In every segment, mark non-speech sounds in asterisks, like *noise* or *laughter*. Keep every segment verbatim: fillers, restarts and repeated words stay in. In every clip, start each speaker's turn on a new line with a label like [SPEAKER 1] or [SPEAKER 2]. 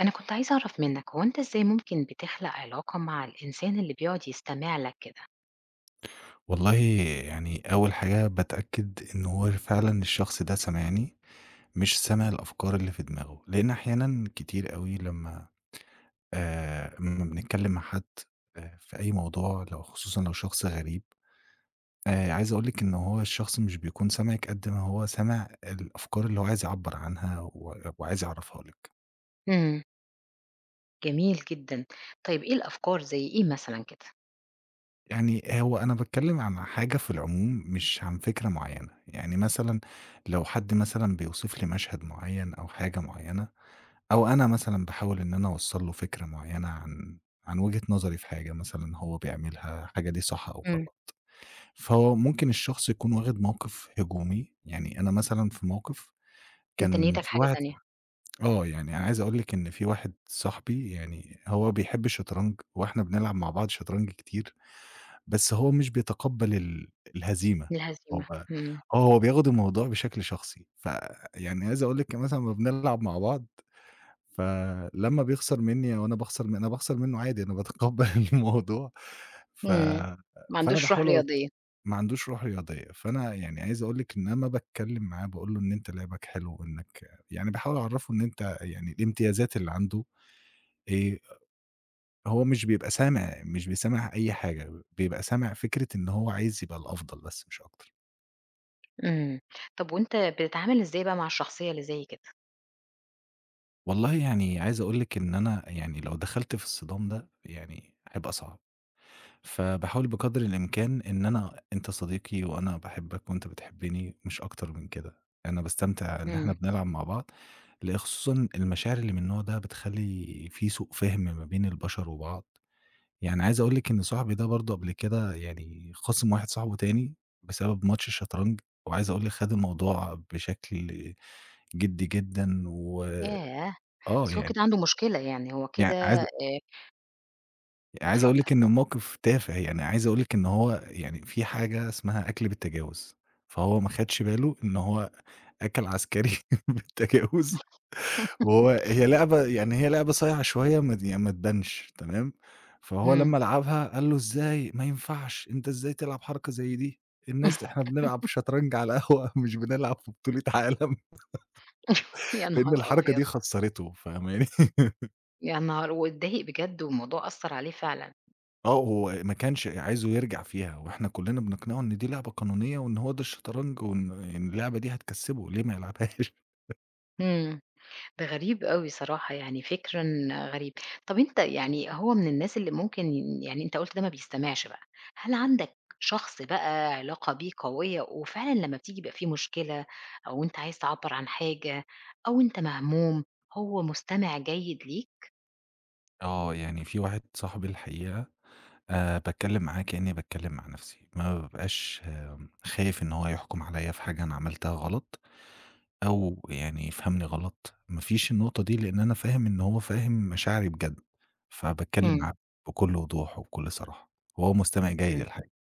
[SPEAKER 1] أنا كنت عايزة أعرف منك هو أنت إزاي ممكن بتخلق علاقة مع الإنسان اللي بيقعد يستمع لك كده؟
[SPEAKER 2] والله، يعني أول حاجة باتأكد إن هو فعلًا الشخص ده سامعني، مش سامع الأفكار اللي في دماغه، لإن أحيانًا كتير أوي لمّا آآ، لمّا بنتكلم مع حد، آآ، في أي موضوع لو خصوصًا لو شخص غريب، آآ، عايز أقول لِك إن هو الشخص مش بيكون سامعِك قد ما هو سامع الأفكار اللي هو عايز يعبّر عنها و وعايز يعرّفها لِك.
[SPEAKER 1] إمم. جميل جدًا. طيب إيه الأفكار زي إيه مثلًا كده؟
[SPEAKER 2] يعني هو أنا باتكلم عن حاجة في العموم مش عن فكرة معينة، يعني مثلًا لو حد مثلًا بيوصف لي مشهد معين أو حاجة معينة، أو أنا مثلًا باحاول إن أنا أوصّل له فكرة معيّنة عن عن وجهة نظري في حاجة مثلًا هو بيعملها، الحاجة دي صح أو
[SPEAKER 1] إمم.
[SPEAKER 2] غلط. فهو ممكن الشخص يكون واخد موقِف هجومي، يعني أنا مثلًا في موقِف
[SPEAKER 1] أنت
[SPEAKER 2] كان
[SPEAKER 1] نيتك
[SPEAKER 2] في
[SPEAKER 1] حاجة
[SPEAKER 2] واحد.
[SPEAKER 1] تانية.
[SPEAKER 2] آه، يعني انا عايز أقول لِك إن في واحد صاحبي، يعني هو بيحب الشطرنج وإحنا بنلعب مع بعض شطرنج كتير، بس هو مش بيتقبّل ال الهزيمة، هو
[SPEAKER 1] الهزيمة.
[SPEAKER 2] آه،
[SPEAKER 1] إمم.
[SPEAKER 2] هو بياخد الموضوع بشكل شخصي. فيعني عايز أقول لِك مثلًا أمّا بنلعب مع بعض، فلمّا بيخسر منّي أو أنا باخسر م أنا باخسر منّه عادي، أنا باتقبّل *laughs* الموضوع. ف
[SPEAKER 1] إمم. ما
[SPEAKER 2] فأنا
[SPEAKER 1] عندوش روح
[SPEAKER 2] باحاول أوص
[SPEAKER 1] رياضية.
[SPEAKER 2] ما عندوش روح رياضية، فأنا يعني عايز أقول لِك إن أنا باتكلّم معاه، باقول له إن أنت لعبك حلو، وإنّك يعني باحاول أعرّفه إن أنت يعني الإمتيازات اللي عنده إيه، هو مش بيبقى سامع، مش بيسمّع أي حاجة، بيبقى سامع فكرة إن هو عايز يبقى الأفضل بس مش أكتر.
[SPEAKER 1] إمم. طب وأنت بتتعامل إزاي بقى مع الشخصية اللي زي كده؟
[SPEAKER 2] والله، يعني عايز أقول لِك إن أنا يعني لو دخلت في الصِّدام ده يعني هيبقى صعب. فباحاول بقدر الإمكان إن أنا أنت صديقي وأنا باحبك وأنت بتحبني، مش أكتر من كده. أنا باستمتع إن إحنا
[SPEAKER 1] إمم.
[SPEAKER 2] بنلعب مع بعض. لأ، خصوصًا المشاعر اللي من النوع ده بتخلّي في سوء فِهم ما بين البشر وبعض. يعني عايز أقول لِك إن صاحبي ده برضه قبل كده يعني خاصم واحد صاحبه تاني بسبب ماتش الشطرنج، وعايز أقول لِك خَد الموضوع بشكل جدّي جدًا. و
[SPEAKER 1] ياه!
[SPEAKER 2] آه،
[SPEAKER 1] بس هو
[SPEAKER 2] يعني
[SPEAKER 1] كده عنده مشكلة يعني، هو
[SPEAKER 2] يع
[SPEAKER 1] كده
[SPEAKER 2] عايز
[SPEAKER 1] آآ
[SPEAKER 2] عايز أقول
[SPEAKER 1] اتفضل.
[SPEAKER 2] لِك إن الموقف تافه، يعني عايز أقول لِك إن هو يعني في حاجة اسمها أكل بالتجاوز، فهو ما خدش باله إن هو أكَل عسكري *laughs* بالتجاوز، وهو هي لعبة، يعني هي لعبة صايعة شوية، ما ت يعني ما تبانش تمام. فهو
[SPEAKER 1] إمم.
[SPEAKER 2] لمّا لعبها قال له: «إزاي؟ ما ينفعش، أنت إزاي تلعب حركة زي دي؟ الناس
[SPEAKER 1] *laughs*
[SPEAKER 2] إحنا بنلعب شطرنج على القهوة *laughs* مش بنلعب في بطولة عالم.»
[SPEAKER 1] يا
[SPEAKER 2] لإن
[SPEAKER 1] نهار
[SPEAKER 2] الحركة
[SPEAKER 1] أبيض!
[SPEAKER 2] دي خسّرته، فاهماني؟
[SPEAKER 1] يا نهار واتضايق بجد والموضوع أثّر عليه فعلًا.
[SPEAKER 2] آه، هو ما كانش عايزه يرجع فيها، وإحنا كلّنا بنقنعه إن دي لعبة قانونية وإن هو ده الشطرنج وإن إن اللعبة دي هتكسّبه، ليه ما يلعبهاش؟
[SPEAKER 1] إمم. ده غريب أوي صراحة، يعني فكرًا غريب. طَب أنت يعني هو من الناس اللي ممكن يعني أنت قُلت ده ما بيستمعش بقى، هل عندك شخص بقى علاقة بيه قوية وفعلًا لمّا بتيجي يبقى في مشكلة أو أنت عايز تعبّر عن حاجة أو أنت مهموم، هو مستمع جيد ليك؟
[SPEAKER 2] *laughs* آه، يعني في واحد صاحبي الحقيقة، آآ باتكلّم معاه كإنّي باتكلّم مع نَفْسي، ما بابقاش خايف إن هو يحكُم عليّا في حاجة أنا عملتها غلط أو يعني يفهمني غلط، ما فيش النقطة دي لإن أنا فاهم إن هو فاهم مشاعري بجد، فباتكلّم
[SPEAKER 1] إمم.
[SPEAKER 2] معاه بكل وضوح وبكل صراحة، وهو مستمع جيد
[SPEAKER 1] إمم.
[SPEAKER 2] الحقيقة.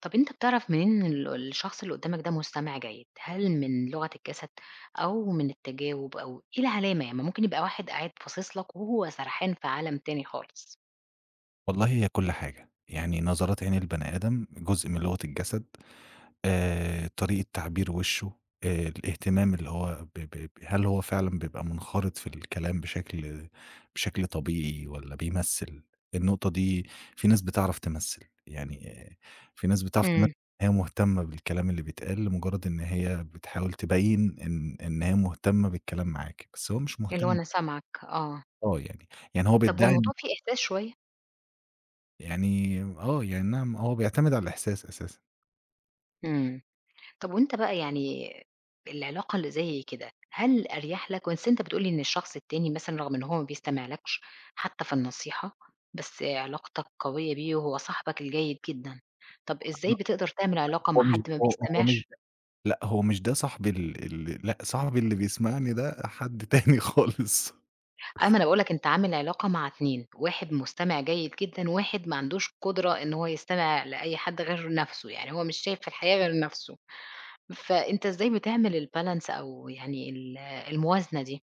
[SPEAKER 1] طَب أنت بتعرف منين ان ال الشخص اللي قدّامك ده مستمع جيد؟ هل من لغة الجسد أو من التجاوب أو إيه العلامة؟ يعني ما ممكن يبقى واحد قاعد باصص لك وهو سرحان في عالم تاني خالص.
[SPEAKER 2] والله، هي كل حاجة، يعني نظرات عين البني آدم جزء من لغة الجسد، آآ طريقة تعبير وشه، آآ الاهتمام اللي هو، ب ب ب هل هو فعلًا بيبقى منخرط في الكلام بشكل بشكل طبيعي والّا بيمثّل؟ النقطة دي، في ناس بتعرف تمثّل، يعني آه، في ناس بتعرف تمثّل
[SPEAKER 1] إمم.
[SPEAKER 2] إن هي مهتمة بالكلام اللي بيتقال، لمجرد إن هي بتحاول تبيّن إن إن هي مهتمة بالكلام معاك، بس هو مش
[SPEAKER 1] اللي هو
[SPEAKER 2] مهتم.
[SPEAKER 1] أنا سامعك، آه.
[SPEAKER 2] آه يعني، يعني هو
[SPEAKER 1] طب
[SPEAKER 2] بيدّعي إن،
[SPEAKER 1] والموضوع فيه إحساس شوية؟
[SPEAKER 2] يعني آه، يعني نعم، هو بيعتمد على الإحساس أساسًا.
[SPEAKER 1] إمم. طب وأنت بقى يعني العلاقة اللي زي كده، هل أريح لك بس أنت بتقول لي إن الشخص التاني مثلًا رغم إن هو ما بيستمعلكش حتى في النصيحة، بس علاقتك قوية بيه وهو صاحبك الجيد جدًا، طب إزاي
[SPEAKER 2] لأ،
[SPEAKER 1] بتقدر تعمل علاقة
[SPEAKER 2] هو
[SPEAKER 1] مع
[SPEAKER 2] مش
[SPEAKER 1] حد ما
[SPEAKER 2] هو هو مش
[SPEAKER 1] بيستمعش؟
[SPEAKER 2] لأ، هو مش ده صاحبي ال ال لأ، صاحبي اللي بيسمعني ده حد *laughs* تاني خالص.
[SPEAKER 1] أيوه، ما أنا باقول لك أنت عامل علاقة مع اثنين، واحد مستمع جيد جدًا، واحد ما عندوش قدرة إن هو يستمع لأي حد غير نَفْسه، يعني هو مش شايف في الحياة غير نَفْسه. فأنت إزاي بتعمل الbalance أو يعني ال الموازنة دي؟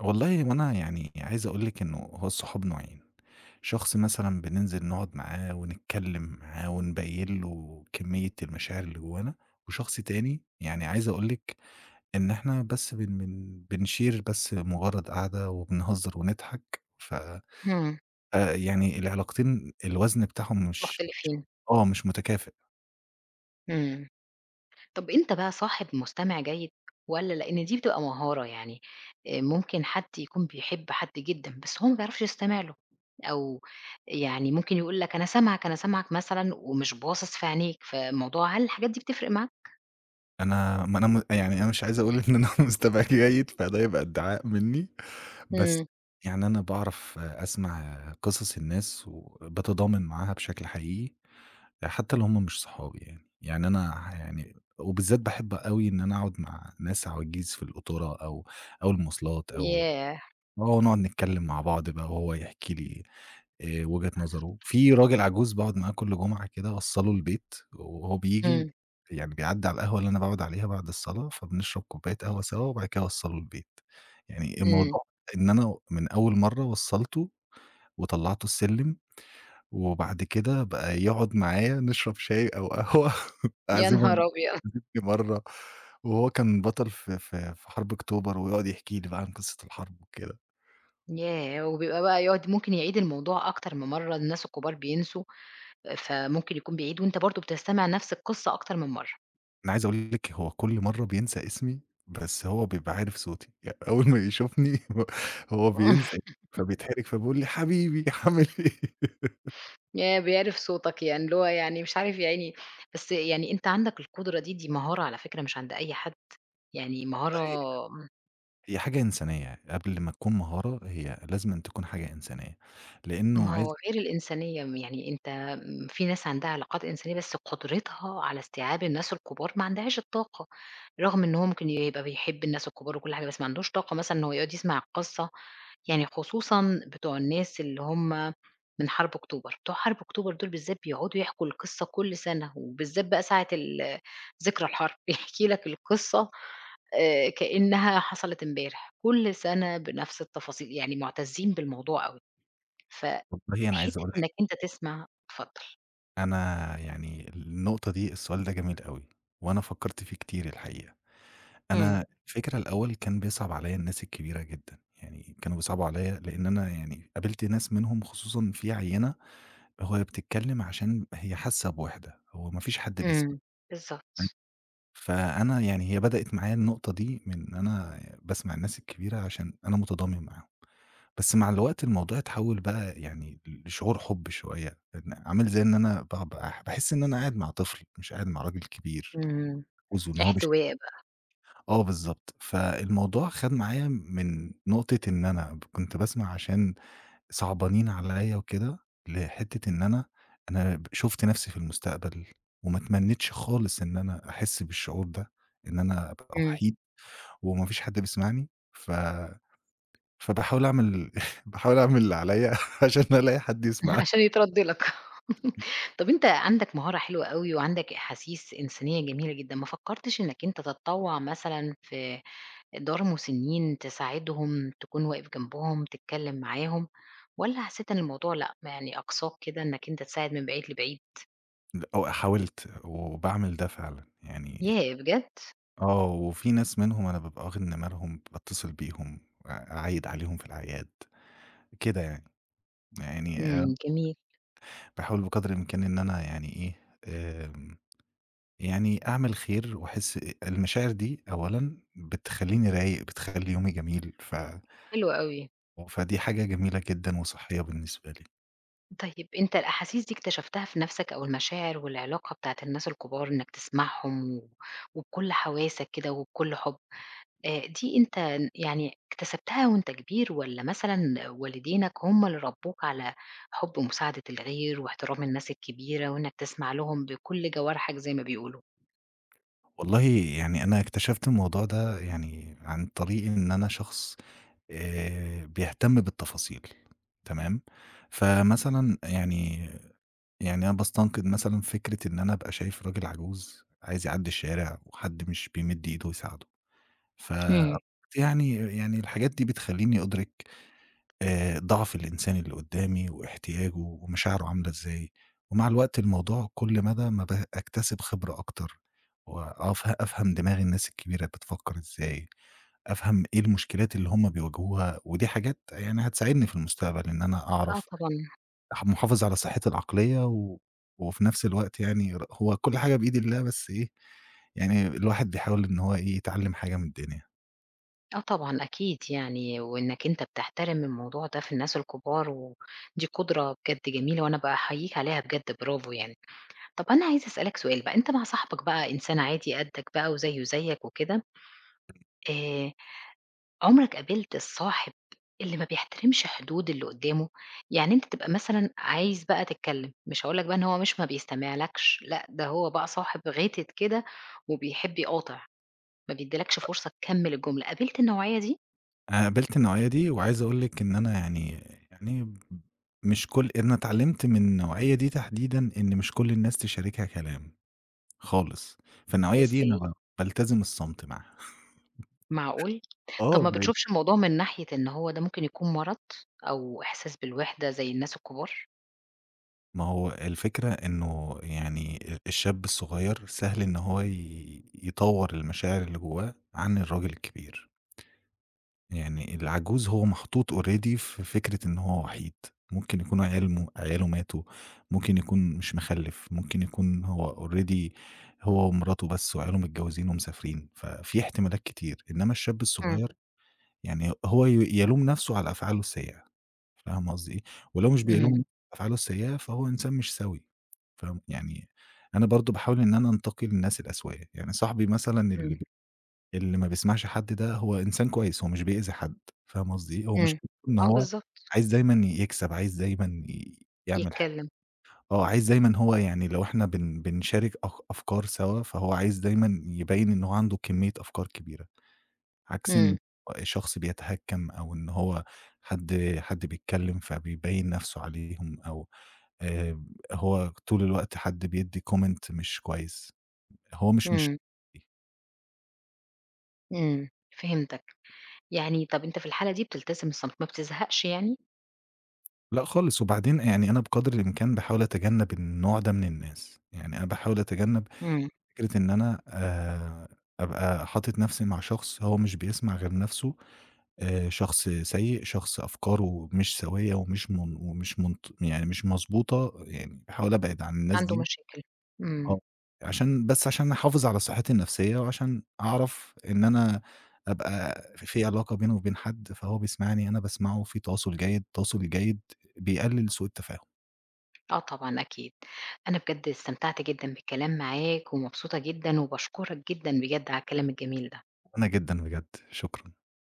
[SPEAKER 2] والله، وأنا يعني عايز أقول لِك إنه هو الصحاب نوعين، شخص مثلًا بننزل نقعد معاه ونتكلّم معاه ونبيّن له كمية المشاعر اللي جوانا، وشخص تاني يعني عايز أقول لِك إن إحنا بس بن بن بنshare بس مجرّد قعدة وبنهزر ونضحك. ف
[SPEAKER 1] إمم.
[SPEAKER 2] آآ يعني العلاقتين الوزن بتاعهم مش مش
[SPEAKER 1] مختلفين.
[SPEAKER 2] آه، مش متكافئ.
[SPEAKER 1] إمم. طَب أنت بقى صاحب مستمع جيد والّا لإن دي بتبقى مهارة يعني، آآ ممكن حد يكون بيحب حد جدًا، بس هو ما بيعرفش يستمع له، أو يعني ممكن يقول لك أنا سامعك، أنا سامعك مثلًا ومش باصص في عينيك، فالموضوع هل الحاجات دي بتفرق معاك؟
[SPEAKER 2] أنا ما أنا م يعني أنا مش عايز أقول إن أنا *laughs* مستمع جيد، فده يبقى ادعاء منّي، بس
[SPEAKER 1] إمم.
[SPEAKER 2] يعني أنا باعرف أسمع قصص الناس وباتضامن معاها بشكل حقيقي، حتّى لو هم مش صحابي، يعني. يعني أنا ح يعني وبالذات باحب أوي إن أنا أقعد مع ناس عواجيز في القطورة، أو أو المواصلات، أو
[SPEAKER 1] ياه!
[SPEAKER 2] آه، نقعد نتكلّم مع بعض بقى وهو يحكي لي آآ وجهة نظره. في راجل عجوز باقعد معاه كل جمعة كده، أوصّله البيت، وهو بييجي
[SPEAKER 1] إمم.
[SPEAKER 2] يعني بيعدّي على القهوة اللي أنا باقعد عليها بعد الصلاة، فبنشرب كوباية قهوة سوا وبعد كده أوصّله البيت. يعني
[SPEAKER 1] إمم.
[SPEAKER 2] الموضوع إن أنا من أول مرّة وصّلته وطلّعته السلِّم، وبعد كده بقى يقعد معايا نشرب شاي أو قهوة، *laughs*
[SPEAKER 1] يا
[SPEAKER 2] أعزمه
[SPEAKER 1] نهار أبيض!
[SPEAKER 2] *unintelligible* مرّة، وهو كان بطل في في في حرب أكتوبر، ويقعد يحكي لي بقى عن قصة الحرب وكده.
[SPEAKER 1] ياه! وبيبقى بقى يقعد ممكن يعيد الموضوع أكتر من مرة، الناس الكبار بينسوا فممكن يكون بعيد وأنت برضه بتستمع نفس القصة أكتر من مرّة.
[SPEAKER 2] أنا عايز أقول لِك هو كل مرّة بينسى اسمي، بس هو بيبقى عارف صوتي، يعني أول ما يشوفني *laughs* هو هو بينسى،
[SPEAKER 1] *laughs*
[SPEAKER 2] فبيتحرج، فبيقول لي: «حبيبي عامل إيه؟»
[SPEAKER 1] ياه! بيعرف صوتك يعني اللي هو يعني مش عارف يا عيني بس يعني أنت عندك القدرة دي، دي مهارة على فكرة مش عند أي حد، يعني مهارة
[SPEAKER 2] والله، *laughs* هي حاجة إنسانية، قبل ما تكون مهارة هي لازمًا تكون حاجة إنسانية، لإنه
[SPEAKER 1] ما
[SPEAKER 2] عايز.
[SPEAKER 1] هو غير الإنسانية، يعني أنت م في ناس عندها علاقات إنسانية بس قدرتها على استيعاب الناس الكبار ما عندهاش الطاقة، رغم إن هو ممكن يبقى بيحب الناس الكبار وكل حاجة، بس ما عندوش طاقة مثلًا إن هو يقعد يسمع القصة يعني خصوصًا بتوع الناس اللي هم من حرب أكتوبر، بتوع حرب أكتوبر دول بالذات بيقعدوا يحكوا القصة كل سنة، وبالذات بقى ساعة ال ذكرى الحرب *laughs* بيحكي لك القصة آآ كأنها حصلت امبارح، كل سنة بنفس التفاصيل، يعني مُعتزين بالموضوع أوي،
[SPEAKER 2] والله، أنا عايز
[SPEAKER 1] فحتّة
[SPEAKER 2] أقول لِك،
[SPEAKER 1] إنك أنت تسمع اتفضل.
[SPEAKER 2] أنا يعني النقطة دي، السؤال ده جميل أوي، وأنا فكّرت فيه كتير الحقيقة.
[SPEAKER 1] إمم.
[SPEAKER 2] أنا الفكرة الأول كان بيصعب عليّا الناس الكبيرة جدًا، يعني كانوا بيصعبوا عليّا لإن أنا يعني قابلت ناس منهم خصوصًا في عيّنة، هو هي بتتكلّم عشان هي حاسة بوِحدة، هو ما فيش حد بيسمع.
[SPEAKER 1] إمم. بالضبط.
[SPEAKER 2] فأنا يعني هي بدأت معايا النقطة دي من إن أنا باسمع الناس الكبيرة عشان أنا متضامن معاهم، بس مع الوقت الموضوع اتحوّل بقى يعني لشعور حُب شوية، إن عامل زي إن أنا ب باح باحس إن أنا قاعد مع طفل مش قاعد مع راجل كبير.
[SPEAKER 1] إمم.
[SPEAKER 2] وزُن هو بيش
[SPEAKER 1] احتواء بقى.
[SPEAKER 2] آه، بالضبط، فالموضوع خَد معايا من نقطة إن أنا ب كنت باسمع عشان صعبانين عليّا وكده، لحتّة إن أنا أنا ب شُفت نَفْسي في المستقبل، وما اتمنّيتش خالص إن أنا أحِس بالشعور ده، إن أنا أبقى
[SPEAKER 1] إمم.
[SPEAKER 2] وحيد وما فيش حد بيسمعني، ف فباحاول أعمل *laughs* باحاول أعمل اللي عليّا *laughs* عشان ألاقي حد
[SPEAKER 1] *laughs*
[SPEAKER 2] يسمعني.
[SPEAKER 1] عشان يترد لك. طب أنت عندك مهارة حلوة أوي وعندك أحاسيس إنسانية جميلة جدًا، ما فكّرتش إنّك أنت تتطوّع مثلًا في دار مسنّين، تساعدهم، تكون واقف جنبهم، تتكلّم معاهم والّا حسّيت إن الموضوع لأ، ما يعني أقصاك كده إنّك أنت تساعد من بعيد لبعيد؟
[SPEAKER 2] لأ، حاولت وباعمل ده فعلًا، يعني
[SPEAKER 1] ياه! بجد؟
[SPEAKER 2] آه، وفي ناس منهم أنا بابقى واخد نمرهم، باتصل بيهم، أ أعيّد عليهم في الأعياد، كده يعني. يعني آآ
[SPEAKER 1] إمم. جميل.
[SPEAKER 2] باحاول بقدر الإمكان إن أنا يعني إيه، آمم يعني أعمل خير وأحس المشاعر دي، أولًا بتخلّيني رايق، بتخلّي يومي جميل، ف
[SPEAKER 1] حلو أوي.
[SPEAKER 2] فدي حاجة جميلة جدًا وصحّية بالنسبة لي.
[SPEAKER 1] طيب أنت الأحاسيس دي اكتشفتها في نَفْسك أو المشاعر والعلاقة بتاعة الناس الكبار إنّك تسمعهم و وبكل حواسك كده وبكل حُب. آآ دي أنت ن يعني اكتسبتها وأنت كبير والّا مثلًا والدينك هم اللي ربّوك على حُب مساعدة الغير واحترام الناس الكبيرة وإنّك تسمع لهم بكل جوارحك زي ما بيقولوا؟
[SPEAKER 2] والله، يعني أنا اكتشفت الموضوع ده يعني عن طريق إن أنا شخص آآ بيهتم بالتفاصيل، تمام؟ فمثلًا يعني يعني أنا باستنقد مثلًا فكرة إن أنا أبقى شايف راجل عجوز عايز يعدّي الشارع وحد مش بيمِد إيده يساعده. ف
[SPEAKER 1] إمم.
[SPEAKER 2] يعني يعني الحاجات دي بتخلّيني أدرك آآ ضعف الإنسان اللي قدّامي واحتياجه ومشاعره عاملة إزاي، ومع الوقت الموضوع كل مدى ما ب أكتسب خبرة أكتر، وأف أفهم دماغ الناس الكبيرة بتفكّر إزاي، أفهم إيه المشكلات اللي هم بيواجهوها، ودي حاجات يعني هتساعدني في المستقبل إن أنا
[SPEAKER 1] آه
[SPEAKER 2] أعرف
[SPEAKER 1] طبعًا.
[SPEAKER 2] أح محافظ على صحّتي العقلية، و وفي نفس الوقت يعني ر هو كل حاجة بإيد الله، بس إيه، يعني الواحد بيحاول إن هو إيه، يتعلّم حاجة من الدنيا.
[SPEAKER 1] آه طبعًا أكيد يعني وإنّك أنت بتحترم الموضوع ده في الناس الكبار ودي قدرة بجد جميلة وأنا باحييك عليها بجد برافو يعني. طَب أنا عايزة أسألك سؤال بقى، أنت مع صاحبك بقى إنسان عادي قدّك بقى وزيه زيّك وكده آآ عمرك قابلت الصاحب اللي ما بيحترمش حدود اللي قدّامه؟ يعني أنت تبقى مثلًا عايز بقى تتكلّم، مش هاقول لك بقى إن هو مش ما بيستمعلكش، لأ ده هو بقى صاحب غِتِت كده وبيحب يقاطع، ما بيدّيلكش فرصة تكمّل الجملة، قابلت النوعية دي؟
[SPEAKER 2] أنا قابلت النوعية دي، وعايز أقول لِك إن أنا يعني يعني ب مش كل، أنا اتعلمت من النوعية دي تحديدًا إن مش كل الناس تشاركها كلام خالص، فالنوعية دي أنا
[SPEAKER 1] إزاي؟
[SPEAKER 2] ب بالتزم الصمت معاها.
[SPEAKER 1] معقول!
[SPEAKER 2] آه.
[SPEAKER 1] طَب ما
[SPEAKER 2] ب
[SPEAKER 1] بتشوفش الموضوع من ناحية إن هو ده ممكن يكون مرض أو إحساس بالوحدة زي الناس الكبار؟
[SPEAKER 2] ما هو الفكرة إنه يعني ال الشاب الصغير سهل إن هو ي يطوّر المشاعر اللي جوّاه عن الراجل الكبير. يعني العجوز هو محطوط already في فكرة إن هو وحيد، ممكن يكون عيال م عياله ماتوا، ممكن يكون مش مخلّف، ممكن يكون هو already هو ومراته بس وعياله متجوزين ومسافرين، ففي احتمالات كتير، إنما الشاب
[SPEAKER 1] إمم.
[SPEAKER 2] الصغير يعني هو ي يلوم نفسه على أفعاله السيئة، فاهمة قصدي إيه؟ ولو مش
[SPEAKER 1] إمم.
[SPEAKER 2] بيلوم أفعاله السيئة، فهو إنسان مش سوي، فاهم يعني. أنا برضه باحاول إن أنا أنتقي للناس الأسوياء، يعني صاحبي مثلًا
[SPEAKER 1] إمم.
[SPEAKER 2] اللي اللي ما بيسمعش حد، ده هو إنسان كويس، هو مش بيأذي حد، فاهم قصدي؟ إيه؟ هو
[SPEAKER 1] إمم.
[SPEAKER 2] مشكلته إن
[SPEAKER 1] آه
[SPEAKER 2] هو
[SPEAKER 1] بالضبط.
[SPEAKER 2] عايز دايمًا يكسب، عايز دايمًا ي يعمل حاجة،
[SPEAKER 1] يتكلّم.
[SPEAKER 2] آه، عايز دايمًا هو، يعني لو إحنا بن بنشارك أخ أفكار سوا، فهو عايز دايمًا يبيّن إن هو عنده كمية أفكار كبيرة، عكس إن
[SPEAKER 1] إمم.
[SPEAKER 2] شخص بيتهكم أو إن هو حد حد بيتكلم فبيبيّن نَفْسه عليهم أو، آآ، هو طول الوقت حد بيدّي comment مش كويس، هو مش مش.
[SPEAKER 1] إمم. إمم. فهمتك. يعني طَب أنت في الحالة دي بتلتزم الصمت، ما بتزهقش يعني؟
[SPEAKER 2] لأ خالص، وبعدين يعني أنا بقدر الإمكان باحاول أتجنب النوع ده من الناس، يعني أنا باحاول أتجنب
[SPEAKER 1] إمم.
[SPEAKER 2] فكرة إن أنا، آآ، أبقى حاطط نفْسي مع شخص هو مش بيسمع غير نفْسه، آآ، شخص سيء، شخص أفكاره مش سويّة ومش من ومش منط يعني مش مضبوطة، يعني باحاول أبعد عن الناس
[SPEAKER 1] عنده
[SPEAKER 2] دي،
[SPEAKER 1] مشاكل. إمم.
[SPEAKER 2] آه، عشان، بس عشان أحافظ على صحتي النفْسية، وعشان أعرف إن أنا أبقى في علاقة بيني وبين حد، فهو بيسمعني، أنا باسمعه، في تواصل جيد، التواصل الجيد بيقلل سوء التفاهم.
[SPEAKER 1] آه طبعًا أكيد. أنا بجد استمتعت جدًا بالكلام معاك ومبسوطة جدًا وباشكرك جدًا بجد على الكلام الجميل ده.
[SPEAKER 2] أنا جدًا بجد، شكرًا.